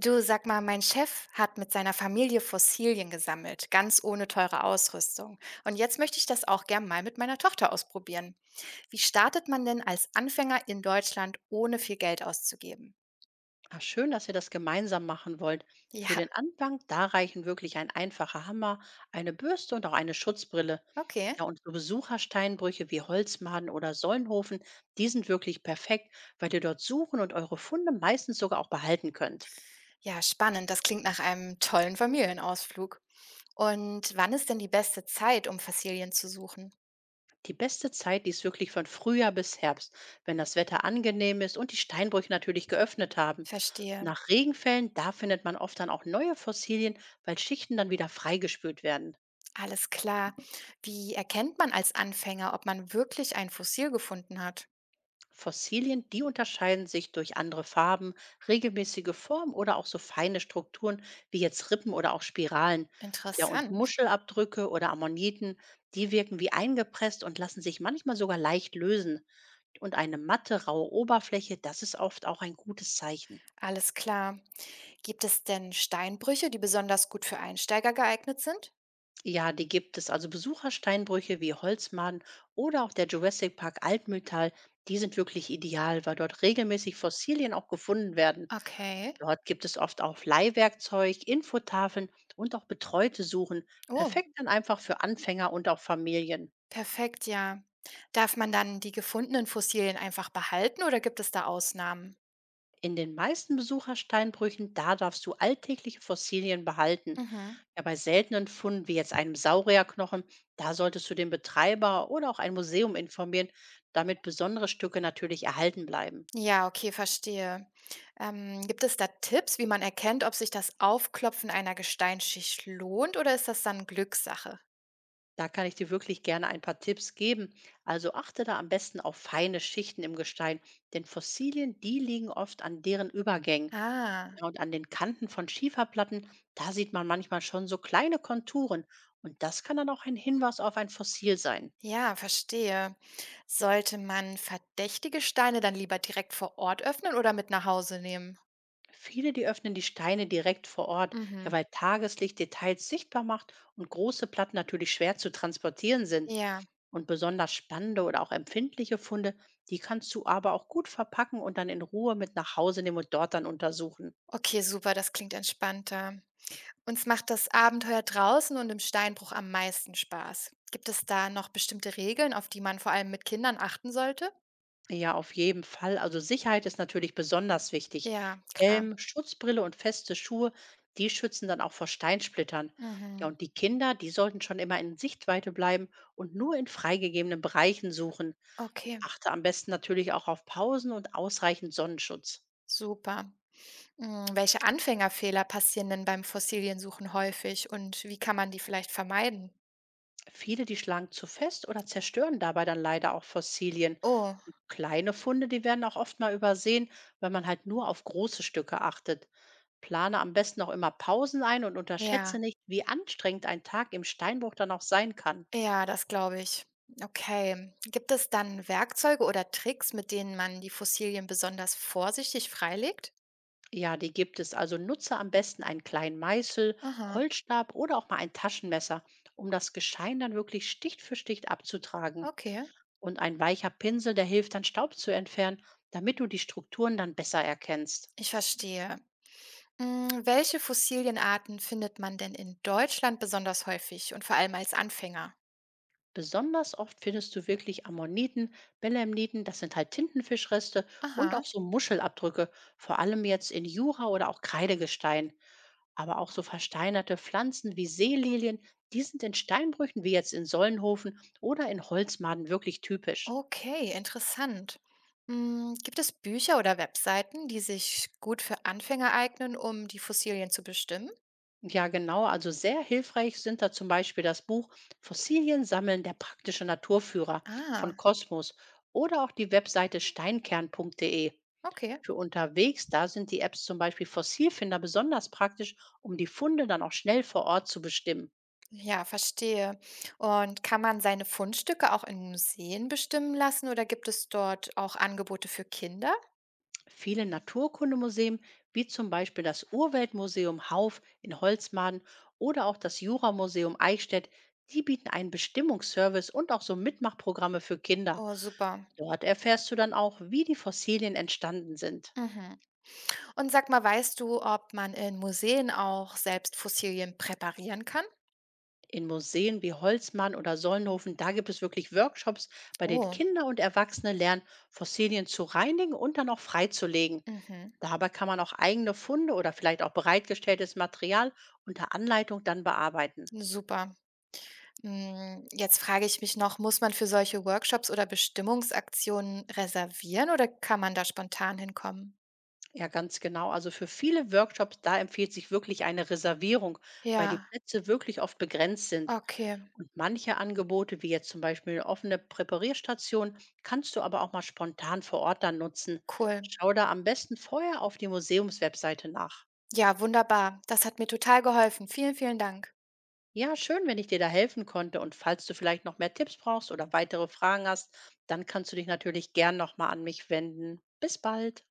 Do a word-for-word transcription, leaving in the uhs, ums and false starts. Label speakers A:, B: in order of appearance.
A: Du, sag mal, mein Chef hat mit seiner Familie Fossilien gesammelt, ganz ohne teure Ausrüstung. Und jetzt möchte ich das auch gern mal mit meiner Tochter ausprobieren. Wie startet man denn als Anfänger in Deutschland, ohne viel Geld auszugeben?
B: Ah, schön, dass ihr das gemeinsam machen wollt.
A: Ja,
B: Für den Anfang, da reichen wirklich ein einfacher Hammer, eine Bürste und auch eine Schutzbrille.
A: okay.
B: Ja, und so Besuchersteinbrüche wie Holzmaden oder Sollenhofen, die sind wirklich perfekt, weil ihr dort suchen und eure Funde meistens sogar auch behalten könnt.
A: Ja, spannend. Das klingt nach einem tollen Familienausflug. Und wann ist denn die beste Zeit, um Fossilien zu suchen?
B: Die beste Zeit, die ist wirklich von Frühjahr bis Herbst, wenn das Wetter angenehm ist und die Steinbrüche natürlich geöffnet haben.
A: Verstehe.
B: Nach Regenfällen, da findet man oft dann auch neue Fossilien, weil Schichten dann wieder freigespült werden.
A: Alles klar. Wie erkennt man als Anfänger, ob man wirklich ein Fossil gefunden hat?
B: Fossilien, die unterscheiden sich durch andere Farben, regelmäßige Form oder auch so feine Strukturen wie jetzt Rippen oder auch Spiralen. Ja, und
A: Interessant.
B: Muschelabdrücke oder Ammoniten, die wirken wie eingepresst und lassen sich manchmal sogar leicht lösen. Und eine matte, raue Oberfläche, das ist oft auch ein gutes Zeichen.
A: Alles klar. Gibt es denn Steinbrüche, die besonders gut für Einsteiger geeignet sind?
B: Ja, die gibt es. Also Besuchersteinbrüche wie Holzmaden oder auch der Jurassic Park Altmühltal, die sind wirklich ideal, weil dort regelmäßig Fossilien auch gefunden werden.
A: Okay.
B: Dort gibt es oft auch Leihwerkzeug, Infotafeln und auch betreute Suchen,
A: Oh,
B: perfekt dann einfach für Anfänger und auch Familien.
A: perfekt, ja. Darf man dann die gefundenen Fossilien einfach behalten oder gibt es da Ausnahmen?
B: In den meisten Besuchersteinbrüchen, da darfst du alltägliche Fossilien behalten.
A: Mhm.
B: Ja, bei seltenen Funden wie jetzt einem Saurierknochen, da solltest du den Betreiber oder auch ein Museum informieren, damit besondere Stücke natürlich erhalten bleiben.
A: Ja, okay, verstehe. Ähm, gibt es da Tipps, wie man erkennt, ob sich das Aufklopfen einer Gesteinsschicht lohnt oder ist das dann Glückssache?
B: Da kann ich dir wirklich gerne ein paar Tipps geben. Also achte da am besten auf feine Schichten im Gestein, denn Fossilien, die liegen oft an deren Übergängen.
A: Ah,
B: Ja, und an den Kanten von Schieferplatten, da sieht man manchmal schon so kleine Konturen. Und das kann dann auch ein Hinweis auf ein Fossil sein.
A: ja, verstehe. Sollte man verdächtige Steine dann lieber direkt vor Ort öffnen oder mit nach Hause nehmen?
B: Viele, die öffnen die Steine direkt vor Ort, ja,
A: Mhm.
B: weil Tageslicht Details sichtbar macht und große Platten natürlich schwer zu transportieren sind.
A: Ja.
B: Und besonders spannende oder auch empfindliche Funde, die kannst du aber auch gut verpacken und dann in Ruhe mit nach Hause nehmen und dort dann untersuchen.
A: Okay, super, das klingt entspannter. Uns macht das Abenteuer draußen und im Steinbruch am meisten Spaß. Gibt es da noch bestimmte Regeln, auf die man vor allem mit Kindern achten sollte?
B: Ja, auf jeden Fall. Also Sicherheit ist natürlich besonders wichtig.
A: Ja, klar.
B: Helm, Schutzbrille und feste Schuhe, die schützen dann auch vor Steinsplittern. Ja,
A: Mhm.
B: und die Kinder, die sollten schon immer in Sichtweite bleiben und nur in freigegebenen Bereichen suchen.
A: Okay,
B: Achte am besten natürlich auch auf Pausen und ausreichend Sonnenschutz.
A: super. Mm, welche Anfängerfehler passieren denn beim Fossiliensuchen häufig und wie kann man die vielleicht vermeiden?
B: Viele, die schlagen zu fest oder zerstören dabei dann leider auch Fossilien.
A: Oh,
B: Und kleine Funde, die werden auch oft mal übersehen, weil man halt nur auf große Stücke achtet. Plane am besten auch immer Pausen ein und unterschätze
A: ja,
B: nicht, wie anstrengend ein Tag im Steinbruch dann auch sein kann.
A: ja, das glaube ich. Okay. Gibt es dann Werkzeuge oder Tricks, mit denen man die Fossilien besonders vorsichtig freilegt?
B: Ja, die gibt es. Also nutze am besten einen kleinen Meißel,
A: Aha,
B: Holzstab oder auch mal ein Taschenmesser, um das Geschein dann wirklich Stich für Stich abzutragen.
A: okay.
B: Und ein weicher Pinsel, der hilft dann Staub zu entfernen, damit du die Strukturen dann besser erkennst.
A: Ich verstehe. Hm, welche Fossilienarten findet man denn in Deutschland besonders häufig und vor allem als Anfänger?
B: Besonders oft findest du wirklich Ammoniten, Belemniten, das sind halt Tintenfischreste und
A: Aha,
B: auch so Muschelabdrücke, vor allem jetzt in Jura oder auch Kreidegestein. Aber auch so versteinerte Pflanzen wie Seelilien, die sind in Steinbrüchen wie jetzt in Sollenhofen oder in Holzmaden wirklich typisch.
A: okay, interessant. Hm, gibt es Bücher oder Webseiten, die sich gut für Anfänger eignen, um die Fossilien zu bestimmen?
B: Ja, genau, also sehr hilfreich sind da zum Beispiel das Buch „Fossilien sammeln, der praktische Naturführer“ von
A: Ah,
B: Kosmos oder auch die Webseite steinkern Punkt de.
A: okay.
B: Für unterwegs, da sind die Apps zum Beispiel Fossilfinder besonders praktisch, um die Funde dann auch schnell vor Ort zu bestimmen.
A: Ja, verstehe. Und kann man seine Fundstücke auch in Museen bestimmen lassen oder gibt es dort auch Angebote für Kinder?
B: Viele Naturkundemuseen, wie zum Beispiel das Urweltmuseum Hauf in Holzmaden oder auch das Juramuseum Eichstätt, die bieten einen Bestimmungsservice und auch so Mitmachprogramme für Kinder.
A: Oh, super.
B: Dort erfährst du dann auch, wie die Fossilien entstanden sind.
A: Mhm. Und sag mal, weißt du, ob man in Museen auch selbst Fossilien präparieren kann?
B: In Museen wie Holzmann oder Solnhofen, da gibt es wirklich Workshops, bei denen
A: Oh,
B: Kinder und Erwachsene lernen, Fossilien zu reinigen und dann auch freizulegen.
A: mhm,
B: Dabei kann man auch eigene Funde oder vielleicht auch bereitgestelltes Material unter Anleitung dann bearbeiten.
A: super. Mm, jetzt frage ich mich noch, muss man für solche Workshops oder Bestimmungsaktionen reservieren oder kann man da spontan hinkommen?
B: Ja, ganz genau. Also für viele Workshops, da empfiehlt sich wirklich eine Reservierung, weil die
A: Ja,
B: Plätze wirklich oft begrenzt sind.
A: okay,
B: Und manche Angebote, wie jetzt zum Beispiel eine offene Präparierstation, kannst du aber auch mal spontan vor Ort dann nutzen.
A: cool.
B: Schau da am besten vorher auf die Museumswebseite nach.
A: Ja, wunderbar. Das hat mir total geholfen. Vielen, vielen Dank.
B: Ja, schön, wenn ich dir da helfen konnte. Und falls du vielleicht noch mehr Tipps brauchst oder weitere Fragen hast, dann kannst du dich natürlich gern nochmal an mich wenden. Bis bald.